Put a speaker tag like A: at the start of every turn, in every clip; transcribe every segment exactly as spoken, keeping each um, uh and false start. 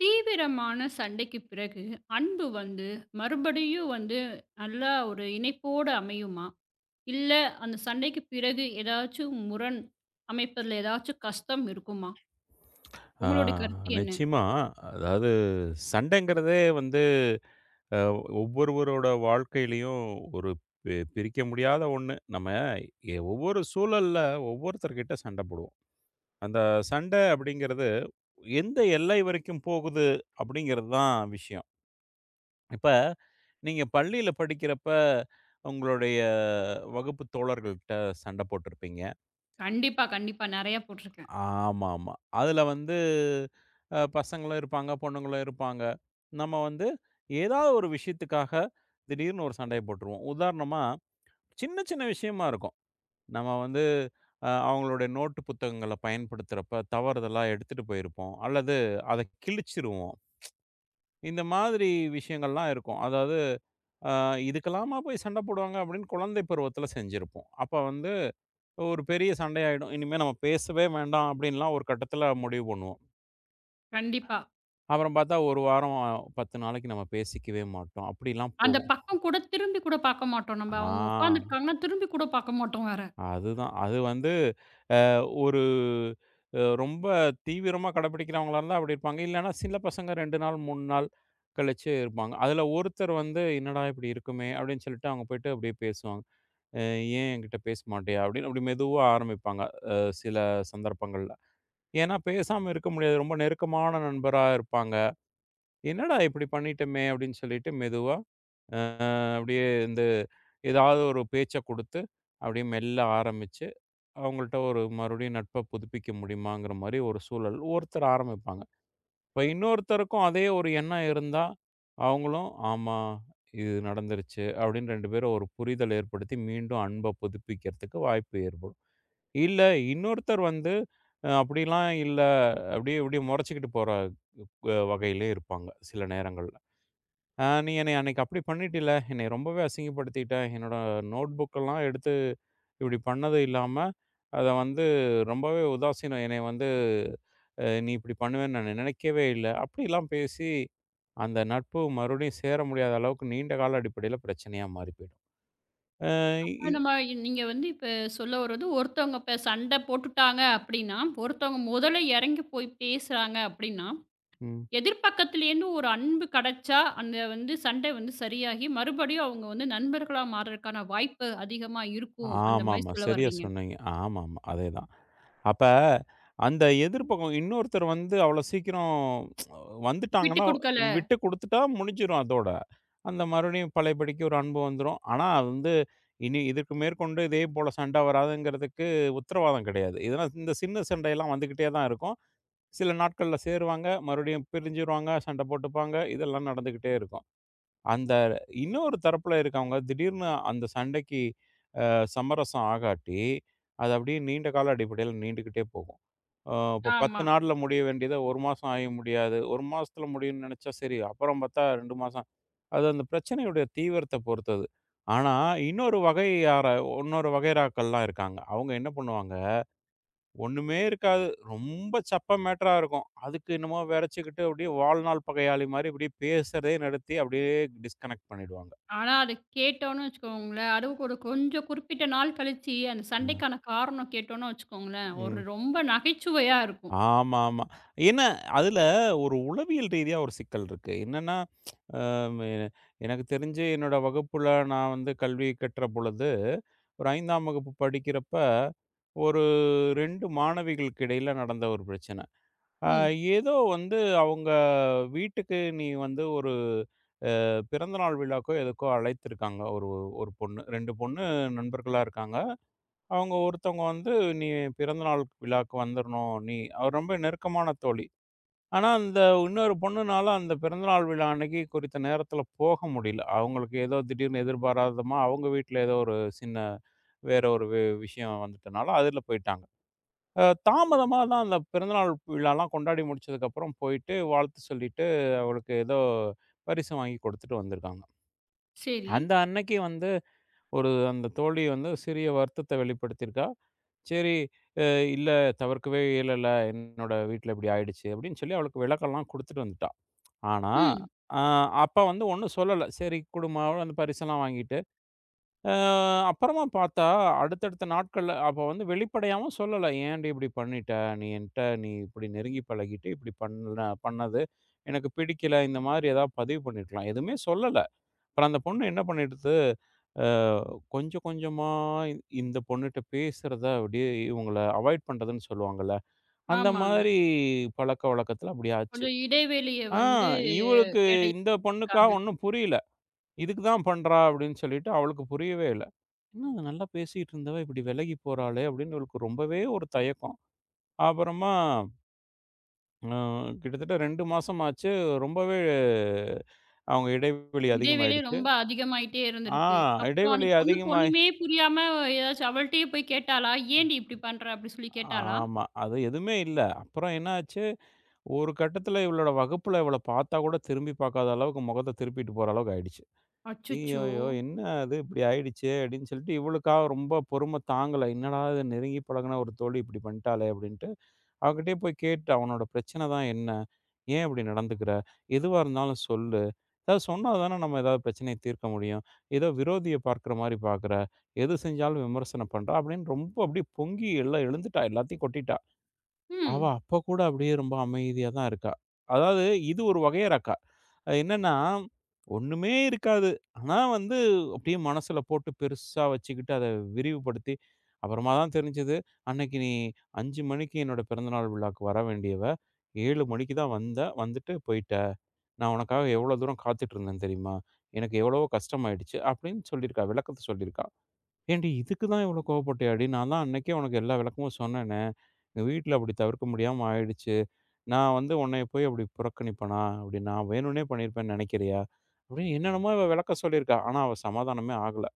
A: தீவிரமான சண்டைக்கு பிறகு அன்பு வந்து மறுபடியும் வந்து நல்லா ஒரு இணைப்போட அமையுமா? இல்ல, அந்த சண்டைக்கு பிறகு ஏதாச்சும் முரண் அமைப்பதில ஏதாச்சும் கஷ்டம் இருக்குமா?
B: ஆ
A: உங்களுடைய கருத்து என்ன?
B: நிச்சயமா. அதாவது சண்டைங்கிறதே வந்து அ ஒவ்வொருவரோட வாழ்க்கையிலயும் ஒரு பி பிரிக்க முடியாத ஒண்ணு. நம்ம எ ஒவ்வொரு சூழல்ல ஒவ்வொருத்தர்கிட்ட சண்டை போடுவோம். அந்த சண்டை அப்படிங்கிறது எந்த எல்லை வரைக்கும் போகுது அப்படிங்கிறது தான் விஷயம். இப்ப நீங்க பள்ளியில படிக்கிறப்ப உங்களுடைய வகுப்பு தோழர்கள்ட்ட சண்டை போட்டிருப்பீங்க.
A: கண்டிப்பா, கண்டிப்பா. நெறைய போட்டுருக்கேன்.
B: ஆமாமா. அதுல வந்து அ பசங்களும் இருப்பாங்க, பொண்ணுங்களும் இருப்பாங்க. நம்ம வந்து ஏதாவது ஒரு விஷயத்துக்காக திடீர்னு ஒரு சண்டைய போட்டுருவோம். உதாரணமா, சின்ன சின்ன விஷயமா இருக்கும். நம்ம வந்து அ அவங்களுடைய நோட்டு புத்தகங்கள பயன்படுத்துறப்ப தவறுதலா எடுத்துட்டு போயிருப்போம். அல்லது அத கிழிச்சிருவோம். இந்த மாதிரி விஷயங்கள்லாம் இருக்கும். அதாவது அ இதுக்கெல்லாமா போய் சண்ட போடுவாங்க அப்படின்னு குழந்தை பருவத்துல செஞ்சிருப்போம். அப்ப வந்து ஒரு பெரிய சண்டையாயிடும். இனிமே நம்ம பேசவே வேண்டாம் அப்படின்லாம் ஒரு கட்டத்துல முடிவு பண்ணுவோம்.
A: கண்டிப்பா.
B: அப்புறம் பார்த்தா ஒரு வாரம், பத்து நாளைக்கு நம்ம பேசிக்கவே மாட்டோம். அப்படிலாம்
A: அந்த
B: போகும்.
A: பக்கம் கூட திரும்பி கூட பார்க்க மாட்டோம். நம்ம அவங்க
B: ஆ
A: உட்காந்துருக்காங்கன்னா, திரும்பி கூட பார்க்க மாட்டோம் வேற.
B: அதுதான். அது வந்து அ ஒரு அ ரொம்ப தீவிரமா கடைப்பிடிக்கிறவங்களா இருந்தா அப்படி இருப்பாங்க. இல்லன்னா சில பசங்க ரெண்டு நாள், மூணு நாள் கழிச்சு இருப்பாங்க. அதுல ஒருத்தர் வந்து "என்னடா இப்படி இருக்குமே!" அப்படின்னு சொல்லிட்டு அவங்க போயிட்டு அப்படியே பேசுவாங்க. "அ ஏன் என்கிட்ட பேச மாட்டியா?" அப்படின்னு அப்படி மெதுவா ஆரம்பிப்பாங்க. அ சில சந்தர்ப்பங்கள்ல. ஏன்னா பேசாம இருக்க முடியாது. ரொம்ப நெருக்கமான நண்பரா இருப்பாங்க. "என்னடா இப்படி பண்ணிட்டோமே!" அப்படின்னு சொல்லிட்டு மெதுவா அப்படியே இந்த ஏதாவது ஒரு பேச்ச குடுத்து, அப்படியே மெல்ல ஆரம்பிச்சு, அவங்கள்ட்ட ஒரு மறுபடியும் நட்ப புதுப்பிக்க முடியுமாங்கிற மாரி ஒரு சூழல். ஒருத்தர் ஆரம்பிப்பாங்க. இப்ப இன்னொருத்தருக்கும் அதே ஒரு எண்ணம் இருந்தா, அவங்களும் ஆமா இது நடந்துருச்சு அப்படின்னு ரெண்டு பேரும் ஒரு புரிதல் ஏற்படுத்தி மீண்டும் அன்ப புதுப்பிக்கிறதுக்கு வாய்ப்பு ஏற்படும். இல்ல இன்னொருத்தர் வந்து அ அப்படிலாம் இல்ல, அப்படியே இப்படியே முறைச்சுக்கிட்டு போற அ வகையிலயும் இருப்பாங்க சில நேரங்கள்ல. ஆ நீ என்னைய அன்னைக்கு அப்படி பண்ணிட்டல்ல. என்னைய ரொம்பவே அசிங்கப்படுத்திட்ட. என்னோட நோட் புக்கெல்லாம் எடுத்து இப்படி பண்ணது இல்லாம, அத வந்து ரொம்பவே உதாசீனம் என்னைய வந்து அ நீ இப்படி பண்ணுவேன்னு நான் நினைக்கவே இல்ல. அப்படிலாம் பேசி அந்த நட்பு மறுபடியும் சேர முடியாத அளவுக்கு நீண்ட கால அடிப்படையில பிரச்சனையா மாறி போயிடும். அ இ
A: அப்ப நம்ம இ- நீங்க வந்து இப்ப சொல்ல வர்றது, ஒருத்தவங்க இப்ப சண்டை போட்டுட்டாங்க அப்படின்னா, ஒருத்தவங்க முதல்ல இறங்கி போய் பேசுறாங்க அப்படின்னா,
B: ம்.
A: எதிர்பக்கத்துலேருந்து ஒரு அன்பு கிடைச்சா, அந்த வந்து சண்டை வந்து சரியாகி, மறுபடியும் அவங்க வந்து நண்பர்களா மாறுறதுக்கான வாய்ப்பு அதிகமா இருக்கும். அந்த மாரி
B: ஆமாமா.
A: சொல்ல
B: சரியா
A: வர்றீங்க.
B: சொன்னீங்க. ஆமாமா. அதேதான். அப்ப அந்த எதிர்பக்கம் இன்னொருத்தர் வந்து அவ்வளோ சீக்கிரம்
A: விட்டு
B: வந்துட்டாங்கன்னா,
A: குடுக்கல.
B: விட்டு குடுத்துட்டா முடிஞ்சிரும் அதோட. அந்த மறுபடியும் பழையபடிக்கு ஒரு அன்பு வந்துரும். ஆனா அது வந்து இனி இதுக்கு மேற்கொண்டு இதே போல சண்டை வராதுங்கிறதுக்கு உத்தரவாதம் கிடையாது. இதெல்லாம் இந்த சின்ன சண்டையெல்லாம் வந்துக்கிட்டே தான் இருக்கும். சில நாட்கள்ல சேருவாங்க, மறுபடியும் பிரிஞ்சிருவாங்க, சண்டை போட்டுப்பாங்க. இதெல்லாம் நடந்துக்கிட்டே இருக்கும். அந்த இன்னொரு தரப்புல இருக்கவங்க திடீர்னு அந்த சண்டைக்கு அ சமரசம் ஆகாட்டி, அது அப்படியே நீண்ட கால அடிப்படையில நீண்டுக்கிட்டே போகும். அ இப்போ பத்து
A: ஆமா.
B: நாள்ல முடிய வேண்டியத ஒரு மாசம் ஆய முடியாது. ஒரு மாசத்துல முடியும்னு நெனச்சா சரி. அப்புறம் பார்த்தா ரெண்டு மாசம். அது அந்த பிரச்சனையுடைய தீவிரத்த பொறுத்தது. ஆனா, இன்னொரு வகையார இன்னொரு வகையறாக்கள்லாம் இருக்காங்க. அவங்க என்ன பண்ணுவாங்க, ஒண்ணுமே இருக்காது. ரொம்ப சப்ப மேட்டரா இருக்கும். அதுக்கு என்னமோ வெறச்சுக்கிட்டு அப்படியே வாழ்நாள் பகையாளி மாரி இப்படியே பேசுறதே நிறுத்தி அப்படியே டிஸ்கனெக்ட் பண்ணிடுவாங்க.
A: ஆனா, அத கேட்டோம்னு வச்சுக்கோங்களேன், அதுவும் ஒரு கொஞ்சம் குறிப்பிட்ட நாள் கழிச்சு, அந்த
B: ம்.
A: சண்டைக்கான காரணம் கேட்டோம்னு வச்சுக்கோங்களேன், ஒரு
B: ம்.
A: ரொம்ப நகைச்சுவையா இருக்கும்.
B: ஆமாமா. ஏன்னா, அதுல ஒரு உளவியல் ரீதியா ஒரு சிக்கல் இருக்கு. என்னன்னா ம். எனக்கு தெரிஞ்சு என்னோட வகுப்புல நான் வந்து கல்வி கற்ற பொழுது, ஒரு 5ஆம் வகுப்பு படிக்கிறப்ப, ஒரு ஐந்தாம் மாணவிகளுக்கு இடையில நடந்த ஒரு பிரச்சனை. அ
A: ம்.
B: ஏதோ வந்து அவங்க வீட்டுக்கு நீ வந்து ஒரு அ பிறந்தநாள் விழாக்கோ, எதுக்கோ அழைத்திருக்காங்க. ஒரு ஒரு பொண்ணு ரெண்டு பொண்ணு நண்பர்களா இருக்காங்க. அவங்க ஒருத்தவங்க வந்து, "நீ பிறந்தநாள் விழாவுக்கு வந்துரணும். நீ" அவ ரொம்ப நெருக்கமான தோழி. ஆனா, அந்த இன்னொரு பொண்ணுனால அந்த பிறந்தநாள் விழா அன்னைக்கு குறித்த நேரத்தில போக முடியல. அவங்களுக்கு ஏதோ திடீர்னு எதிர்பாராதமா அவங்க வீட்ல ஏதோ ஒரு சின்ன வேற ஒரு வி விஷயம் வந்துட்டனால அதில போயிட்டாங்க. அ தாமதமா தான் அந்த பிறந்தநாள் விழாலாம் கொண்டாடி முடிச்சதுக்கப்புறம் போயிட்டு வாழ்த்து சொல்லிட்டு அவளுக்கு ஏதோ பரிசு வாங்கி கொடுத்துட்டு வந்திருக்காங்க.
A: சரி.
B: அந்த அன்னைக்கு வந்து ஒரு அந்த தோழி வந்து சிறிய வருத்தத்த வெளிப்படுத்தியிருக்கா. சரி அ "இல்ல தவிர்க்கவே இயலல. என்னோட வீட்ல இப்படி ஆயிடுச்சு" அப்படின்னு சொல்லி அவளுக்கு விளக்கம்லாம் குடுத்துட்டு வந்துட்டா. ஆனா,
A: ம்.
B: அ அப்ப வந்து ஒண்ணும் சொல்லல. சரி குடும்மா அந்த பரிசெல்லாம் வாங்கிட்டு. அ அப்புறமா பார்த்தா, அடுத்தடுத்த நாட்கள்ல அப்ப வந்து வெளிப்படையாவும் சொல்லல. "ஏன்டி இப்படி பண்ணிட்ட? நீ என்ட்ட நீ இப்படி நெருங்கி பழகிட்டு, இப்படி பண்ண பண்ணது எனக்கு பிடிக்கல. இந்த மாதிரி ஏதாவது பதிவு பண்ணிருக்கலாம்." எதுவுமே சொல்லல. அப்புறம் அந்த பொண்ணு என்ன பண்ணிடுது, அ கொஞ்சம் கொஞ்சமா இந்த பொண்ணுட்ட பேசுறத அப்படியே இவங்கள அவாய்ட் பண்றதுன்னு சொல்லுவாங்கல்ல, அந்த
A: ஆமாங்க.
B: மாதிரி பழக்கவழக்கத்துல அப்படி ஆச்சு.
A: கொஞ்சம் இடைவெளிய
B: ஆ
A: வந்து
B: இவளுக்கு
A: எடை
B: இந்த பொண்ணுக்கா
A: இருக்காங்க.
B: ஒண்ணும் புரியல. இதுக்கு தான் பண்றா அப்படின்னு சொல்லிட்டு அவளுக்கு புரியவே இல்ல. என்ன இது நல்லா பேசிட்டு இருந்தவ இப்படி விலகி போறாளே அப்படின்னு இவளுக்கு ரொம்பவே ஒரு தயக்கம். அப்புறமா அ கிட்டத்தட்ட ரெண்டு மாசம் ஆச்சு. ரொம்பவே அவங்க இடைவெளி
A: இடைவேளை
B: அதிகமாயிடுச்சு.
A: ரொம்ப அதிகமாயிட்டே
B: ஆ
A: இருந்திருக்கு. அப்புறம் அந்த
B: இடைவெளி
A: பொண்ணுக்கு
B: அதிகமாயி
A: ஒண்ணுமே புரியாம ஏதாச்சும் அவள்ட்டயே போய் கேட்டாளா? "ஏன்டி இப்படி பண்ற?" அப்படி சொல்லி கேட்டாளா?
B: ஆமா. அது எதுவுமே இல்ல. அப்புறம் என்ன ஆச்சு, ஒரு கட்டத்துல இவளோட வகுப்புல இவள பார்த்தா கூட திரும்பி பார்க்காத அளவுக்கு முகத்த திருப்பிட்டு போற அளவுக்கு ஆயிடுச்சு.
A: அச்சச்சோ!
B: ஐய்யயோ! என்ன அது இப்படி ஆயிடுச்சே! அப்படின்னு சொல்லிட்டு, இவளுக்கா ரொம்ப பொறும தாங்கல. என்னடா இது நெருங்கி பழகுன ஒரு தோழி இப்படி பண்ணிட்டாளே அப்படின்ட்டு, அவகிட்டயே போய் கேட்டுட்டேன். உன்னோட பிரச்சனை தான் என்ன? ஏன் இப்படி நடந்துக்கிற? எதுவா இருந்தாலும் சொல்லு. ஏதாவது சொன்னா தானே நம்ம ஏதாவது பிரச்சனைய தீர்க்க முடியும். ஏதோ விரோதிய பார்க்குற மாரி பார்க்குற. எது செஞ்சாலும் விமர்சனம் பண்ற அப்படின்னு ரொம்ப அப்படியே பொங்கி எல்லாம் எழுந்துட்டா. எல்லாத்தையும் கொட்டிட்டா. அவ
A: ம்.
B: அப்ப கூட அப்படியே ரொம்ப அமைதியா தான் இருக்கா. அதாவது இது ஒரு வகையறா அக்கா. அது என்னன்னா, ஒண்ணுமே இருக்காது. ஆனா வந்து அப்படியே மனசுல போட்டு பெருசா வச்சுக்கிட்டு, அத விரிவுபடுத்தி, அப்புறமா தான் தெரிஞ்சது, அன்னைக்கு நீ அஞ்சு மணிக்கு என்னோட பிறந்தநாள் விழாக்கு வர வேண்டியவ, ஏழு மணிக்கு தான் வந்த, வந்துட்டு போயிட்ட. நான் உனக்காக எவ்வளோ தூரம் காத்துட்டு இருந்தேன் தெரியுமா? எனக்கு எவ்வளவோ கஷ்டமாயிடுச்சு அப்படின்னு சொல்லியிருக்கா. விளக்கத்த சொல்லியிருக்கா. "ஏன்டி இதுக்கு தான் இவ்ளோ கோவப்பட்டியாடி? நான் தான் அன்னைக்கே உனக்கு எல்லா விளக்கமும் சொன்னேனே! எங்க வீட்ல அப்படி தவிர்க்க முடியாம ஆயிடுச்சு. நான் வந்து உன்னைய போய் அப்படி புறக்கணிப்பனா? அப்படி நான் வேணும்னே பண்ணியிருப்பேன்னு நெனைக்கிறியா?" அப்படின்னு ம். என்னென்னமோ இவ விளக்கம் சொல்லியிருக்கா. ஆனா, அவ சமாதானமே ஆகல.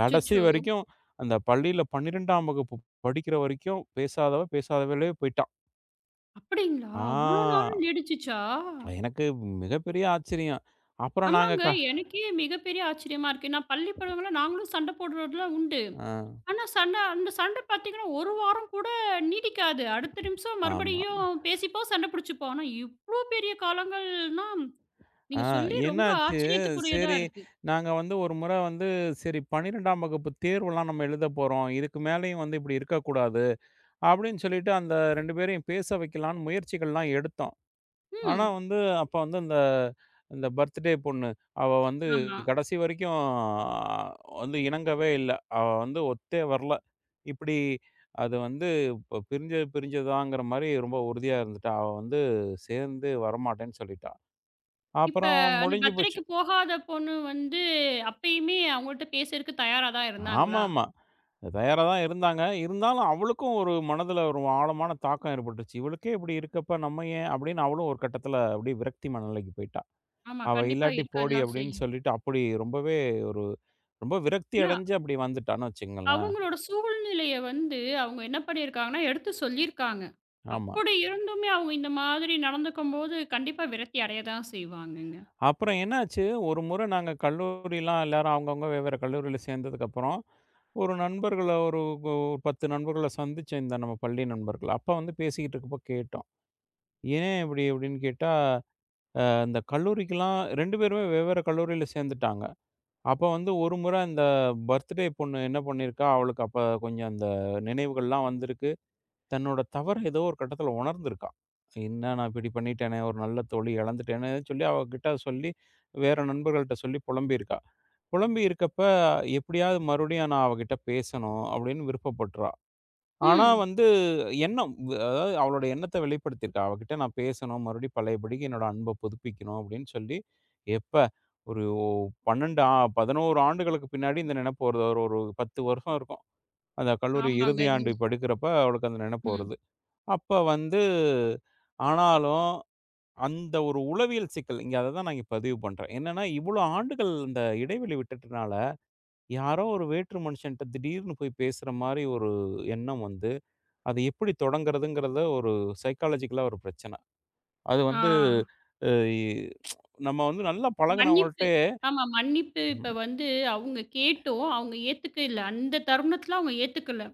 B: கடைசி வரைக்கும் அந்த பள்ளியில பன்னிரண்டாம் வகுப்பு படிக்கிற வரைக்கும் பேசாதவ பேசாதவளே போயிட்டா.
A: அப்படிங்களா? அவ்ளோ
B: ஆ
A: நாள் நீடிச்சுச்சா?
B: எனக்கு மிகப்பெரிய ஆச்சரியம். அப்புறம் நாங்க
A: ஆமாங்க.
B: க
A: எனக்கே மிகப்பெரிய ஆச்சரியமா இருக்கு. நான் பள்ளி பருவங்கள்ல நாங்களும் சண்டை போடுறதுலாம் உண்டு.
B: ஆ
A: ஆனா சண்டை, அந்த சண்டை பார்த்தீங்கன்னா, ஒரு வாரம் கூட நீடிக்காது. அடுத்த நிமிஷம்
B: ஆமா.
A: மறுபடியும் பேசிப்போம், சண்டை பிடிச்சுப்போம். ஆனா இவ்ளோ பெரிய காலங்கள்னா,
B: ஆ
A: நீங்க சொல்லி ரொம்ப
B: என்னாச்சு,
A: ஆச்சரியத்துக்குரியதா
B: சரி
A: இருக்கு.
B: நாங்க வந்து ஒரு முறை வந்து சரி பன்னிரண்டாம் வகுப்பு தேர்வுலாம் நம்ம எழுதப் போறோம். இதுக்கு மேலயும் வந்து இப்படி இருக்கக்கூடாது. அப்படின்னு சொல்லிட்டு அந்த ரெண்டு பேரையும் பேச வைக்கலான்னு முயற்சிகள்லாம் எடுத்தோம். ஆனா
A: ம்.
B: வந்து அப்ப வந்து அந்த இந்த பர்த்டே பொண்ணு, அவ வந்து
A: ஆமா.
B: கடைசி வரைக்கும் வந்து இணங்கவே இல்ல. அவ வந்து ஒத்தே வரல. இப்படி அது வந்து இப்ப பிரிஞ்சது பிரிஞ்சதுதாங்கிற மாரி ரொம்ப உறுதியா இருந்துட்டா. அவ வந்து சேர்ந்து வரமாட்டேன்னு சொல்லிட்டா.
A: இப்ப
B: அப்புறம்
A: அந்த
B: முடிஞ்சு போச்சு.
A: பர்த்டேக்கு போகாத பொண்ணு வந்து அப்பயுமே அவங்கள்ட்ட பேசறக்கு தயாரா தான் இருந்தாங்களா?
B: ஆமாமா. தயாரா தான் இருந்தாங்க. இருந்தாலும் அவளுக்கும் ஒரு மனதுல ஒரு ஆழமான தாக்கம் ஏற்பட்டுருச்சு. இவளுக்கே இப்படி இருக்கப்ப நம்ம ஏன் அப்படின்னு அவளும் ஒரு கட்டத்தில அப்படியே விரக்தி மனநிலைக்கு போயிட்டா.
A: ஆமா.
B: அவ
A: கண்டிப்பா
B: இல்லாட்டி
A: இருக்க
B: போடி
A: தான்
B: அப்படின்னு
A: செய்யும்.
B: சொல்லிட்டு அப்படி ரொம்பவே ஒரு ரொம்ப விரக்தி
A: ஏன்னா,
B: அடைஞ்சு அப்படி வந்துட்டான்னு வச்சுக்கங்களேன்.
A: அவங்களோட சூழ்நிலைய வந்து அவங்க என்ன பண்ணியிருக்காங்கன்னா, எடுத்து சொல்லியிருக்காங்க.
B: ஆமா.
A: அப்படி இருந்துமே அவங்க இந்த மாதிரி நடந்துக்கும்போது, கண்டிப்பா விரக்தி அடைய தான் செய்வாங்கங்க.
B: அப்புறம் என்னாச்சு, ஒரு முறை நாங்க கல்லூரிலாம் எல்லாரும் அவங்கவங்க வெவ்வேற கல்லூரியில சேர்ந்ததுக்கப்புறம், ஒரு நண்பர்கள ஒரு கு பத்து நண்பர்கள சந்திச்சேன் இந்த நம்ம பள்ளி நண்பர்கள. அப்ப வந்து பேசிக்கிட்டு இருக்கப்போ கேட்டோம். "ஏன் இப்படி?" அப்படின்னு கேட்டா அந்த கல்லூரிக்குலாம் ரெண்டு பேருமே வெவ்வேறு கல்லூரியில சேர்ந்துட்டாங்க. அப்ப வந்து ஒரு முறை அந்த பர்த்டே பொண்ணு என்ன பண்ணியிருக்கா, அவளுக்கு அப்ப கொஞ்சம் அந்த நினைவுகள்லாம் வந்திருக்கு. தன்னோட தவற ஏதோ ஒரு கட்டத்தில உணர்ந்திருக்கா. என்ன நான் இப்படி பண்ணிட்டேனே, ஒரு நல்ல தோழி இழந்துட்டேனே சொல்லி அவ கிட்ட சொல்லி, வேற நண்பர்கள்ட்ட சொல்லி புலம்பியிருக்கா. புலம்பி இருக்கப்ப, எப்படியாவது மறுபடியும் நான் அவகிட்ட பேசணும் அப்படின்னு விருப்பப்பட்றா. ஆனா
A: ம்.
B: வந்து எண்ணம் வ் அதாவது அவளோட எண்ணத்த வெளிப்படுத்தியிருக்கா. அவகிட்ட நான் பேசணும், மறுபடியும் பழையபடிக்கு என்னோட அன்ப புதுப்பிக்கணும் அப்படின்னு சொல்லி, எப்ப ஒரு ஒ பன்னிரண்டு ஆ பதினொன்று ஆண்டுகளுக்கு பின்னாடி இந்த நெனப்பு வருது. ஒரு ஒரு பத்து வருஷம் இருக்கும். அந்த கல்லூரி
A: ஆமாங்க.
B: இறுதி ஆண்டு
A: நீங்க
B: படிக்கிறப்ப அவளுக்கு அந்த நெனப்பு
A: ம்.
B: வருது. அப்ப வந்து ஆனாலும் அந்த ஒரு உளவியல் சிக்கல், இங்க அத தான் நான் இங்க பதிவு பண்றேன். என்னன்னா, இவ்வளோ ஆண்டுகள் இந்த இடைவெளி விட்டுட்டனால, யாரோ ஒரு வேற்று மனுஷன்ட்ட திடீர்னு போய் பேசுற மாரி ஒரு எண்ணம் வந்து அது எப்படி தொடங்குறதுங்கிறத ஒரு சைக்காலஜிக்கலா ஒரு பிரச்சனை. அது
A: ஆ.
B: வந்து அ இ நம்ம வந்து நல்லா
A: மன்னிப்பு.
B: பழகுனவங்கள்ட்டயே
A: ஆமா. மன்னிப்பு இப்ப
B: ம்.
A: வந்து அவங்க கேட்டும், அவங்க ஏத்துக்க இல்ல. அந்த தருணத்துல அவங்க ஏத்துக்கல.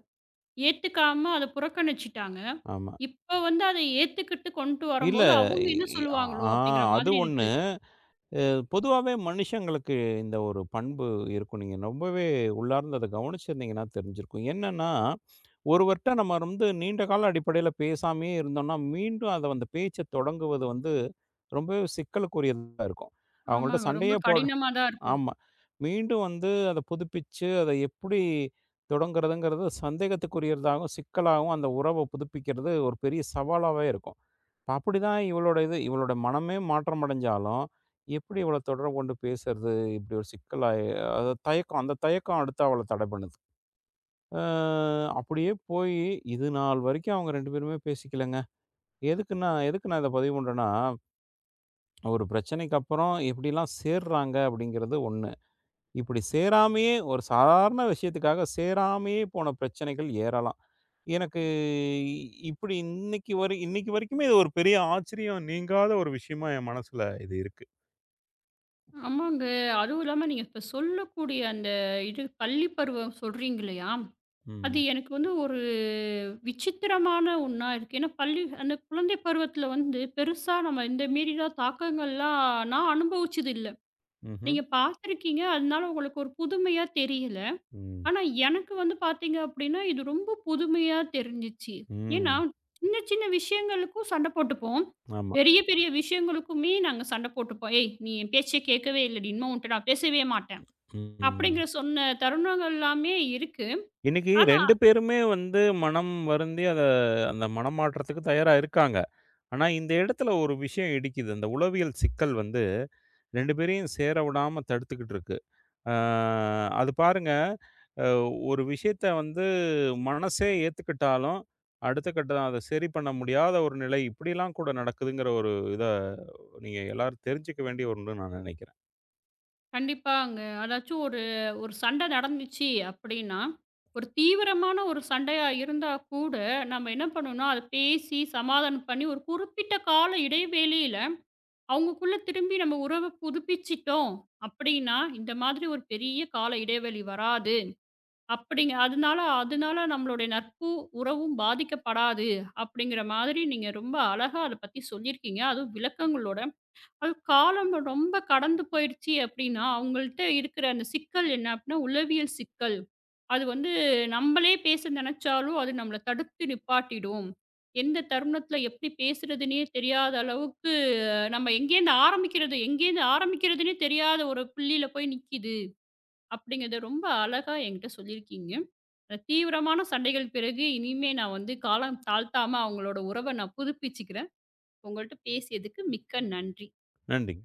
A: ஏத்துக்காம அத புறக்கணிச்சுட்டாங்க.
B: ஆமா.
A: இப்ப வந்து அத ஏத்துக்கிட்டு கொண்டு
B: இல்ல
A: வரம்போது, அவங்க என்ன
B: இ
A: சொல்லுவாங்களோ
B: ஆ
A: அப்படிங்கிற
B: அது
A: மாதிரி
B: ஒண்ணு.
A: இருக்கு.
B: அ பொதுவாவே மனுஷங்களுக்கு இந்த ஒரு பண்பு இருக்கும். நீங்க ரொம்பவே உள்ளார்ந்து அத கவனிச்சிருந்தீங்கன்னா தெரிஞ்சிருக்கும். என்னன்னா, ஒருவர்ட்ட நம்ம வந்து நீண்ட கால அடிப்படையில பேசாமயே இருந்தோம்னா, மீண்டும் அத அந்த பேச்ச தொடங்குவது வந்து ரொம்பவே சிக்கலுக்குரியதா இருக்கும். அவங்கள்ட்ட
A: ஆமாங்க. ரொம்ப
B: சண்டையே போட
A: கடினமா தான் இருக்கும்.
B: ஆமா. மீண்டும் வந்து அத புதுப்பிச்சு, அத எப்படி தொடங்குறதுங்கிறது சந்தேகத்துக்குரியதாகவும், சிக்கலாகவும் அந்த உறவ புதுப்பிக்கிறது ஒரு பெரிய சவாலாவே இருக்கும். இப்ப அப்படிதான் இவளோட இது இவளோட மனமே மாற்றம் அடைஞ்சாலும், எப்படி இவள தொடர்பு கொண்டு பேசுறது? இப்படி ஒரு சிக்கலா அது தயக்கம் அந்த தயக்கம் அடுத்து அவள தடை பண்ணுது. அ அப்படியே போயி இது நாள் வரைக்கும் அவங்க ரெண்டு பேருமே பேசிக்கலங்க. எதுக்குன்னா எதுக்கு நான் இத பதிவு பண்றேன்னா, ஒரு பிரச்சனைக்கு அப்புறம் எப்படிலாம் சேர்றாங்க அப்படிங்கிறது ஒன்று. இப்படி சேராமயே ஒரு சாதாரண விஷயத்துக்காக சேராமயே போன பிரச்சனைகள் ஏறலாம். எனக்கு இ- இப்படி இன்னைக்கு வரை இன்னைக்கு வரைக்குமே இது ஒரு பெரிய ஆச்சரியம் நீங்காத ஒரு விஷயமா என் மனசுல இது இருக்கு.
A: ஆமாங்க. அதுவும் இல்லாம நீங்க இப்ப சொல்லக்கூடிய அந்த இது பள்ளி பருவம் சொல்றீங்க இல்லையா? அது
B: ம்.
A: எனக்கு வந்து ஒரு விசித்திரமான ஒண்ணா இருக்கு. ஏன்னா பள்ளி அந்த குழந்தை பருவத்துல வந்து பெருசா நம்ம இந்த மீறிலாம் தாக்கங்கள்லாம் நான் அனுபவிச்சது இல்ல.
B: ம்ஹ்ம்.
A: நீங்க பார்த்துருக்கீங்க. அதனால உங்களுக்கு ஒரு புதுமையா தெரியல.
B: ம்.
A: ஆனா, எனக்கு வந்து பார்த்தீங்க அப்படின்னா, இது ரொம்ப புதுமையா தெரிஞ்சுச்சு. ஏன்னா,
B: ம்.
A: சின்ன சின்ன விஷயங்களுக்கும் சண்டை போட்டுப்போம்.
B: ஆமா.
A: பெரிய பெரிய விஷயங்களுக்குமே நாங்க சண்டை போட்டுப்போம். "ஏய்! நீ என் பேச்சே கேட்கவே இல்லடி. இனிமே உன்ட்ட நான் பேசவே மாட்டேன்."
B: ம்.
A: அப்படிங்கிற சொன்ன தருணங்கள் எல்லாமே இருக்கு.
B: இன்னைக்கு
A: ஆனா
B: ரெண்டு பேருமே வந்து மனம் வருந்தி அத அந்த மனமாற்றத்துக்கு தயாரா இருக்காங்க. ஆனா, இந்த இடத்துல ஒரு விஷயம் இடிக்குது. அந்த உளவியல் சிக்கல் வந்து ரெண்டு பேரையும் சேர விடாம தடுத்துக்கிட்டு இருக்கு. அ அது பாருங்க, அ ஒரு விஷயத்த வந்து மனசே ஏத்துக்கிட்டாலும், அடுத்த கட்டம் அத சரி பண்ண முடியாத ஒரு நிலை, இப்படிலாம் கூட நடக்குதுங்கிற ஒரு இத நீங்க எல்லாரும் தெரிஞ்சுக்க வேண்டிய ஒன்றுன்னு நான் நினைக்கிறேன்.
A: கண்டிப்பாங்க. அதாச்சும் ஒரு ஒரு சண்டை நடந்துச்சு அப்படின்னா, ஒரு தீவிரமான ஒரு சண்டையா இருந்தா கூட, நம்ம என்ன பண்ணணும்னா, அத பேசி சமாதானம் பண்ணி ஒரு குறிப்பிட்ட கால இடைவேளையில அவங்கக்குள்ள திரும்பி நம்ம உறவ புதுப்பிச்சிட்டோம் அப்படின்னா, இந்த மாதிரி ஒரு பெரிய கால இடைவெளி வராது. அப்படிங்க, அதனால அதனால நம்மளுடைய நட்பு, உறவும் பாதிக்கப்படாது. அப்படிங்கிற மாதிரி நீங்க ரொம்ப அழகா அத பத்தி சொல்லியிருக்கீங்க. அதுவும் விளக்கங்களோட அது காலம் ரொம்ப கடந்து போயிடுச்சு அப்படின்னா, அவங்கள்ட்ட இருக்கிற அந்த சிக்கல் என்ன அப்படின்னா, உளவியல் சிக்கல். அது வந்து நம்மளே பேச நினைச்சாலும், அது நம்மள தடுத்து நிப்பாட்டிடும். எந்த தருணத்தில எப்படி பேசுறதுன்னே தெரியாத அளவுக்கு, நம்ம எங்கேருந்து ஆரம்பிக்கிறது எங்கேருந்து ஆரம்பிக்கிறதுன்னே தெரியாத ஒரு புள்ளியில போய் நிக்கிது. அப்படிங்கிறத ரொம்ப அழகா என்கிட்ட சொல்லியிருக்கீங்க. அ தீவிரமான சண்டைகள் பிறகு இனிமே நான் வந்து காலம் தாழ்த்தாம அவங்களோட உறவ நான் புதுப்பிச்சுக்கிறேன். உங்கள்ட்ட பேசியதுக்கு மிக்க நன்றி.
B: நன்றிங்க.